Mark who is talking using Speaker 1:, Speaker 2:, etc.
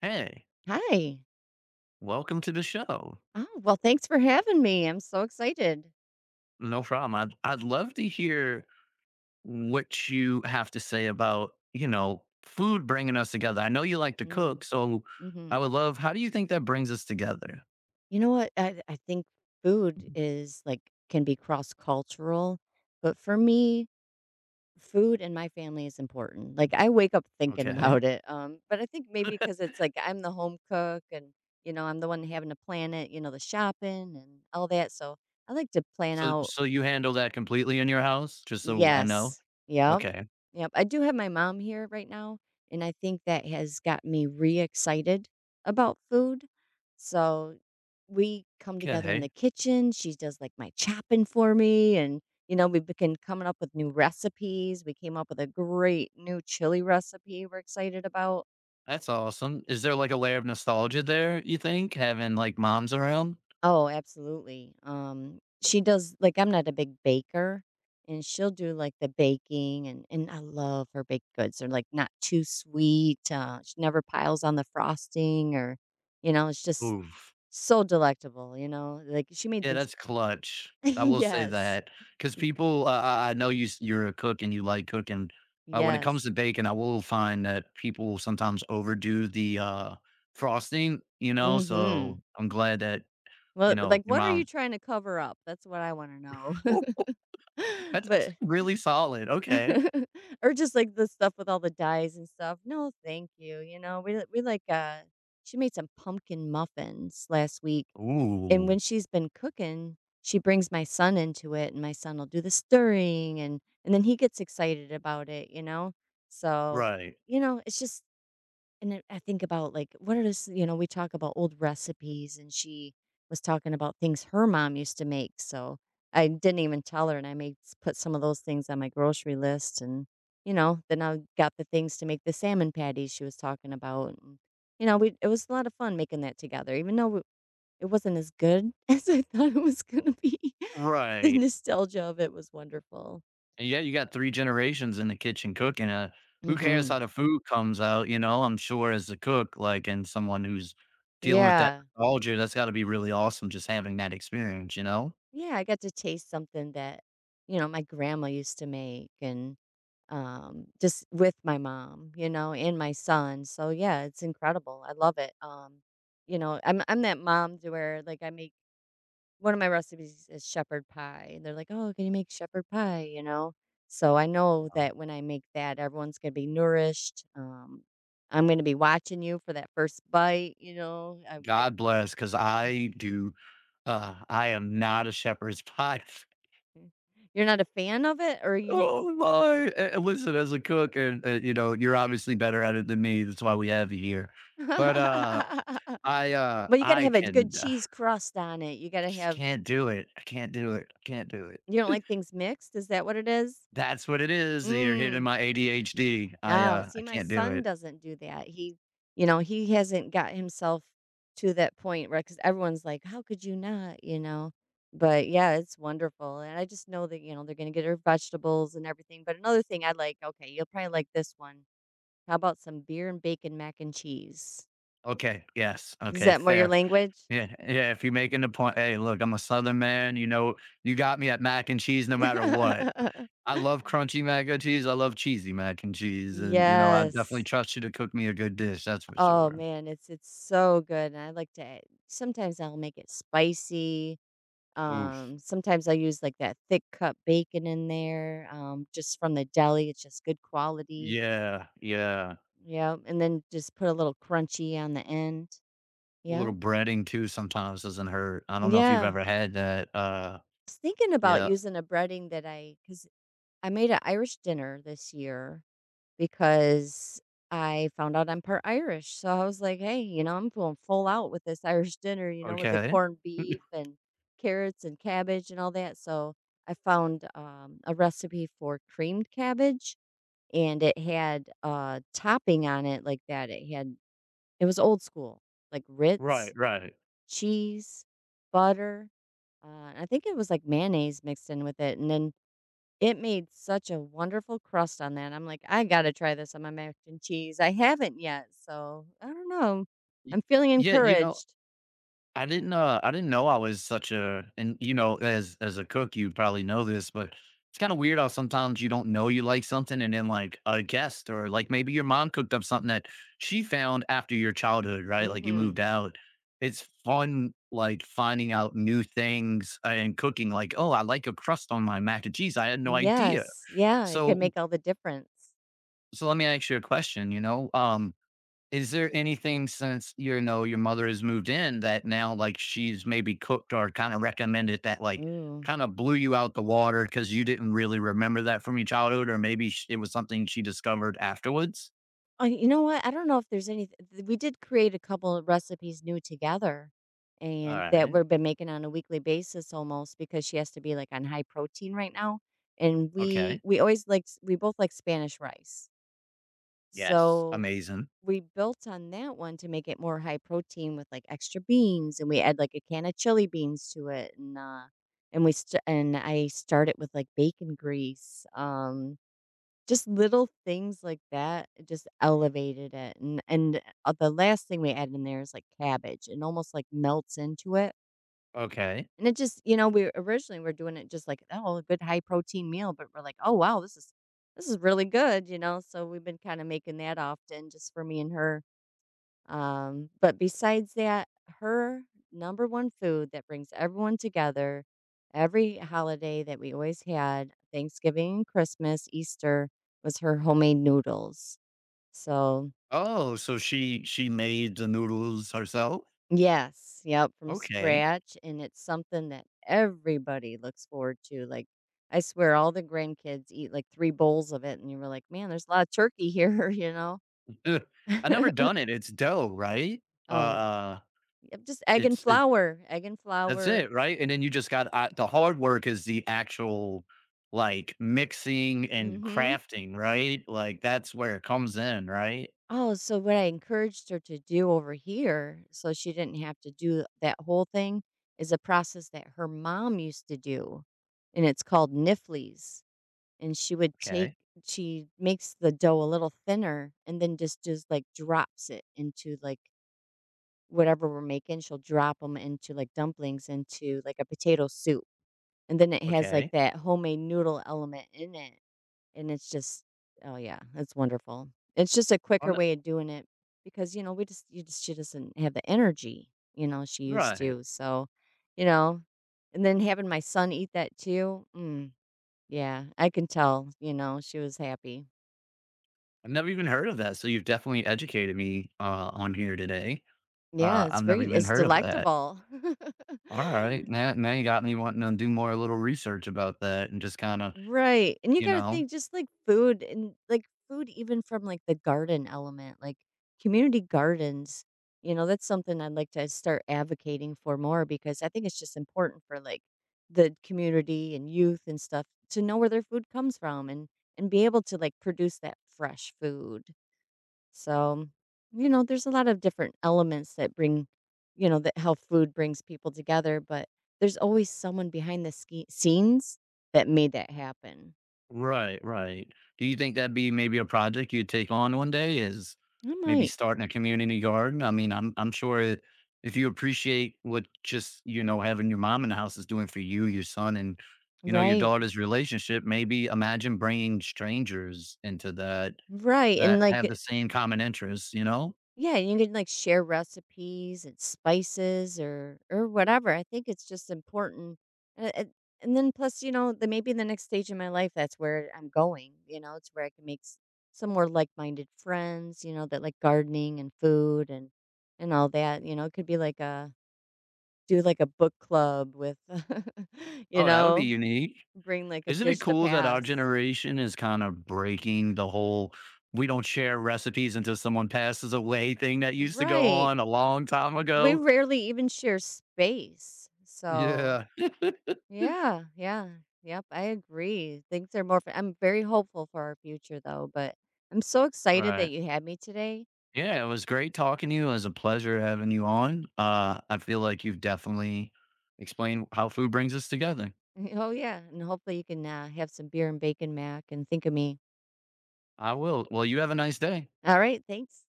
Speaker 1: Hey,
Speaker 2: Hi.
Speaker 1: welcome to the show.
Speaker 2: Oh, well, thanks for having me. I'm so excited.
Speaker 1: No problem. I'd love to hear what you have to say about, you know, food bringing us together. I know you like to
Speaker 2: Mm,
Speaker 1: cook, so I
Speaker 2: hmm.
Speaker 1: would love, how do you think that brings us together?
Speaker 2: You know what? I think food is like can be cross cultural, but for me, food and my family is important. Like I wake up thinking
Speaker 1: Okay.
Speaker 2: about it. But I think maybe because it's like I'm the home cook and I'm the one having to plan it. You know, the shopping and all that. So I like to plan
Speaker 1: So,
Speaker 2: out.
Speaker 1: so you handle that completely in your house, just so I know.
Speaker 2: Yes. Yep.
Speaker 1: Okay.
Speaker 2: Yep. I do have my mom here right now, and I think that has got me re-excited about food. So we come together in the
Speaker 1: Okay.
Speaker 2: kitchen. She does like my chopping for me, and we've been coming up with new recipes. We came up with a great new chili recipe we're excited about.
Speaker 1: That's awesome. Is there like a layer of nostalgia there, you think, having like moms around?
Speaker 2: Oh, absolutely. She does like I'm not a big baker, and she'll do like the baking, and I love her baked goods. They're like not too sweet. She never piles on the frosting, or it's just
Speaker 1: Ooh.
Speaker 2: so delectable. You know, like she made
Speaker 1: Yeah,
Speaker 2: these.
Speaker 1: that's clutch. I will say
Speaker 2: Yes,
Speaker 1: that because
Speaker 2: y-
Speaker 1: people I know you're a cook and you like cooking. When it comes
Speaker 2: yes.
Speaker 1: to bacon, I will find that people sometimes overdo the, frosting, you know,
Speaker 2: Mm-hmm.
Speaker 1: so I'm glad that,
Speaker 2: Well,
Speaker 1: you know,
Speaker 2: like,
Speaker 1: your
Speaker 2: what are you
Speaker 1: mom.
Speaker 2: trying to cover up? That's what I want to know.
Speaker 1: Oh, ooh, that's
Speaker 2: But
Speaker 1: actually really solid, okay.
Speaker 2: or just, like, the stuff with all the dyes and stuff. No, thank you, you know? We like, she made some pumpkin muffins last week, and
Speaker 1: Ooh,
Speaker 2: when she's been cooking, she brings my son into it, and my son will do the stirring, and then he gets excited about it, you know? So,
Speaker 1: right,
Speaker 2: you know, it's just and I think about, like, what are this you know, we talk about old recipes, and she was talking about things her mom used to make. So I didn't even tell her, and I made s put some of those things on my grocery list, and, you know, then I got the things to make the salmon patties she was talking about, and, you know, we it was a lot of fun making that together, even though w it wasn't as good as I thought it was gonna be. The
Speaker 1: right.
Speaker 2: nostalgia of it was wonderful.
Speaker 1: And yeah, you got 3 generations in the kitchen cooking, who cares
Speaker 2: Mhm.
Speaker 1: how the food comes out, you know? I'm sure as a cook, like, and someone who's dealing with that
Speaker 2: Yeah.
Speaker 1: nostalgia, that's gotta be really awesome just having that experience, you know?
Speaker 2: Yeah, I got to taste something that, you know, my grandma used to make, and just with my mom, you know, and my son. So yeah, it's incredible. I love it. You know, I'm that mom to where like I make one of my recipes is shepherd pie. And they're like, "Oh, can you make shepherd pie?" You know? So I know
Speaker 1: Um,
Speaker 2: that when I make that, everyone's gonna be nourished. Um, I'm gonna be watching you for that first bite, you know. I
Speaker 1: God bless, because I do, I am not a shepherd's pie.
Speaker 2: you're not a fan of it, or you
Speaker 1: Oh my! A listen, as a cook and, you know, you're obviously better at it than me, that's why we have you here. But,
Speaker 2: well, you gotta have a good
Speaker 1: I
Speaker 2: cheese crust on it. You gotta
Speaker 1: just
Speaker 2: have
Speaker 1: can't do it. I can't do it. I can't do it.
Speaker 2: you don't like things mixed? Is that what it is?
Speaker 1: That's what it is. You're hitting
Speaker 2: Mm.
Speaker 1: my ADHD.
Speaker 2: Ah, see,
Speaker 1: I
Speaker 2: my
Speaker 1: can't do
Speaker 2: son
Speaker 1: it.
Speaker 2: doesn't do that. He you know, he hasn't got himself to that point, where, because everyone's like, "How could you not?" You know? But yeah, it's wonderful, and I just know that, you know, they're gonna get her vegetables and everything, but another thing I like, okay, you'll probably like this one. How about some beer and bacon mac and cheese?
Speaker 1: Okay. Yes.
Speaker 2: Is
Speaker 1: Okay.
Speaker 2: that more your
Speaker 1: Fair.
Speaker 2: language?
Speaker 1: Yeah. Yeah. If you're making the point, hey, look, I'm a Southern man. You know, you got me at mac and cheese no matter what. I love crunchy mac and cheese. I love cheesy mac and cheese. And, you know, I definitely
Speaker 2: Yes.
Speaker 1: trust you to cook me a good dish. That's for
Speaker 2: Oh
Speaker 1: sure.
Speaker 2: man, it's so good. And I like to add sometimes I'll make it spicy.
Speaker 1: Oof.
Speaker 2: Sometimes I use like that thick cut bacon in there, just from the deli. It's just good quality.
Speaker 1: Yeah. Yeah.
Speaker 2: Yeah. And then just put a little crunchy on the end.
Speaker 1: A
Speaker 2: Yeah.
Speaker 1: little breading too sometimes doesn't hurt. I don't know if you've
Speaker 2: Yeah. I
Speaker 1: ever had that.
Speaker 2: was thinking about
Speaker 1: Yeah.
Speaker 2: using a breading that I, because I made an Irish dinner this year because I found out I'm part Irish. So I was like, hey, you know, I'm going full out with this Irish dinner, you know, with the
Speaker 1: Okay.
Speaker 2: corned beef and carrots and cabbage and all that. So I found a recipe for creamed cabbage, and it had a topping on it like that. It had, it was old school, like
Speaker 1: Right.
Speaker 2: Ritz,
Speaker 1: Right.
Speaker 2: cheese, butter. I think it was like mayonnaise mixed in with it. And then it made such a wonderful crust on that. I'm like, "I gotta try this on my mac and cheese." I haven't yet, so I don't know.
Speaker 1: Y-
Speaker 2: I'm feeling
Speaker 1: Yeah. You know,
Speaker 2: encouraged.
Speaker 1: I didn't know I was such a, and you know, as a cook you probably know this, but it's kind of weird how sometimes you don't know you like something, and then like a guest or like maybe your mom cooked up something that she found after your childhood, right, like you
Speaker 2: Mhm.
Speaker 1: moved out. It's fun like finding out new things, and cooking, like, oh, I like a crust on my mac and cheese, I had no idea.
Speaker 2: Yes. Yeah, it could
Speaker 1: So,
Speaker 2: make all the difference.
Speaker 1: so let me ask you a question. You know, is there anything since, you know, your mother has moved in that now like she's maybe cooked or kind of recommended that like
Speaker 2: Ooh.
Speaker 1: kind of blew you out the water because you didn't really remember that from your childhood, or maybe it was something she discovered afterwards?
Speaker 2: Oh, you know what? I don't know if there's any th we did create a couple of recipes new together,
Speaker 1: All
Speaker 2: and that
Speaker 1: right.
Speaker 2: we've been making on a weekly basis almost because she has to be, like, on high protein right now, and we
Speaker 1: Okay.
Speaker 2: we always liked we both like Spanish rice.
Speaker 1: Yes.
Speaker 2: So
Speaker 1: Amazing.
Speaker 2: we built on that one to make it more high protein with like extra beans, and we add like a can of chili beans to it, and and I start it with like bacon grease, um, just little things like that just elevated it, and the last thing we added in there is like cabbage and almost like melts into it,
Speaker 1: Okay.
Speaker 2: and it just, you know, we originally were doing it just like, oh, a good high protein meal, but we're like, oh wow, this is really good, you know? So we've been kind of making that often just for me and her. But besides that, her number one food that brings everyone together, every holiday that we always had, Thanksgiving, Christmas, Easter, was her homemade noodles. So,
Speaker 1: Oh, so she made the noodles herself.
Speaker 2: yes, yep, from
Speaker 1: Okay.
Speaker 2: scratch. And it's something that everybody looks forward to. Like, I swear all the grandkids eat like three bowls of it. And you were like, man, there's a lot of turkey here, you know?
Speaker 1: Ugh, I never done it. It's dough, right?
Speaker 2: Oh,
Speaker 1: Uh,
Speaker 2: yep, just egg and
Speaker 1: it's
Speaker 2: flour, egg and
Speaker 1: That's
Speaker 2: flour.
Speaker 1: it, right? And then you just got, the hard work is the actual like mixing and
Speaker 2: Mm hmm.
Speaker 1: crafting, right? Like that's where it comes in, right?
Speaker 2: Oh, so what I encouraged her to do over here, so she didn't have to do that whole thing, is a process that her mom used to do, and it's called nifflies. And she would take,
Speaker 1: Okay,
Speaker 2: she makes the dough a little thinner, and then just like drops it into like whatever we're making. She'll drop them into like dumplings, into like a potato soup, and then it has like
Speaker 1: okay.
Speaker 2: that homemade noodle element in it. And it's just oh, yeah, it's wonderful. It's just a
Speaker 1: On
Speaker 2: quicker
Speaker 1: the-
Speaker 2: way of doing it because, you know, we just you just she doesn't have the energy, you know, she used
Speaker 1: right.
Speaker 2: to. So, you know, and then having my son eat that too, mm, yeah, I can tell, you know, she was happy.
Speaker 1: I've never even heard of that, so you've definitely educated me, on here today.
Speaker 2: Yeah, it's
Speaker 1: I've never
Speaker 2: very
Speaker 1: even
Speaker 2: it's
Speaker 1: heard of that.
Speaker 2: delectable.
Speaker 1: All right, now you got me wanting to do more little research about that and just kind of,
Speaker 2: Right, and you
Speaker 1: you
Speaker 2: gotta
Speaker 1: know.
Speaker 2: think just, like, food and, like, food even from, like, the garden element, like, community gardens, you know, that's something I'd like to start advocating for more, because I think it's just important for, like, the community and youth and stuff to know where their food comes from, and be able to, like, produce that fresh food. So, you know, there's a lot of different elements that bring you know, that how food brings people together, but there's always someone behind the ski scenes that made that happen.
Speaker 1: Right, right. Do you think that'd be maybe a project you'd take on one day is
Speaker 2: I
Speaker 1: maybe
Speaker 2: might.
Speaker 1: starting a community garden? I mean, I'm sure it, if you appreciate what just, you know, having your mom in the house is doing for you, your son and, you know, your
Speaker 2: Right.
Speaker 1: daughter's relationship, maybe imagine bringing strangers into that
Speaker 2: Right. And
Speaker 1: that
Speaker 2: like
Speaker 1: have the same common interests, you know?
Speaker 2: yeah, you can like share recipes and spices or whatever. I think it's just important. And, and and then plus, you know, the, maybe the next stage in my life, that's where I'm going, you know, it's where I can make some more like-minded friends, you know, that like gardening and food and all that, you know. It could be like a do like a book club with you
Speaker 1: Oh, that would be
Speaker 2: know,
Speaker 1: unique.
Speaker 2: bring like a
Speaker 1: Isn't it
Speaker 2: dish to
Speaker 1: cool that our
Speaker 2: pass.
Speaker 1: generation is kind of breaking the whole we don't share recipes until someone passes away thing that used to go
Speaker 2: Right.
Speaker 1: on a long time
Speaker 2: We
Speaker 1: ago?
Speaker 2: rarely even share space. So,
Speaker 1: Yeah.
Speaker 2: yeah, yeah. Yep, I agree. Things are more I'm very hopeful for our future though, but I'm so excited that
Speaker 1: Right.
Speaker 2: you had me today.
Speaker 1: Yeah, it was great talking to you. It was a pleasure having you on. I feel like you've definitely explained how food brings us together.
Speaker 2: Oh yeah, and hopefully you can, have some beer and bacon mac and think of me.
Speaker 1: I will. Well, you have a nice day.
Speaker 2: All right, thanks.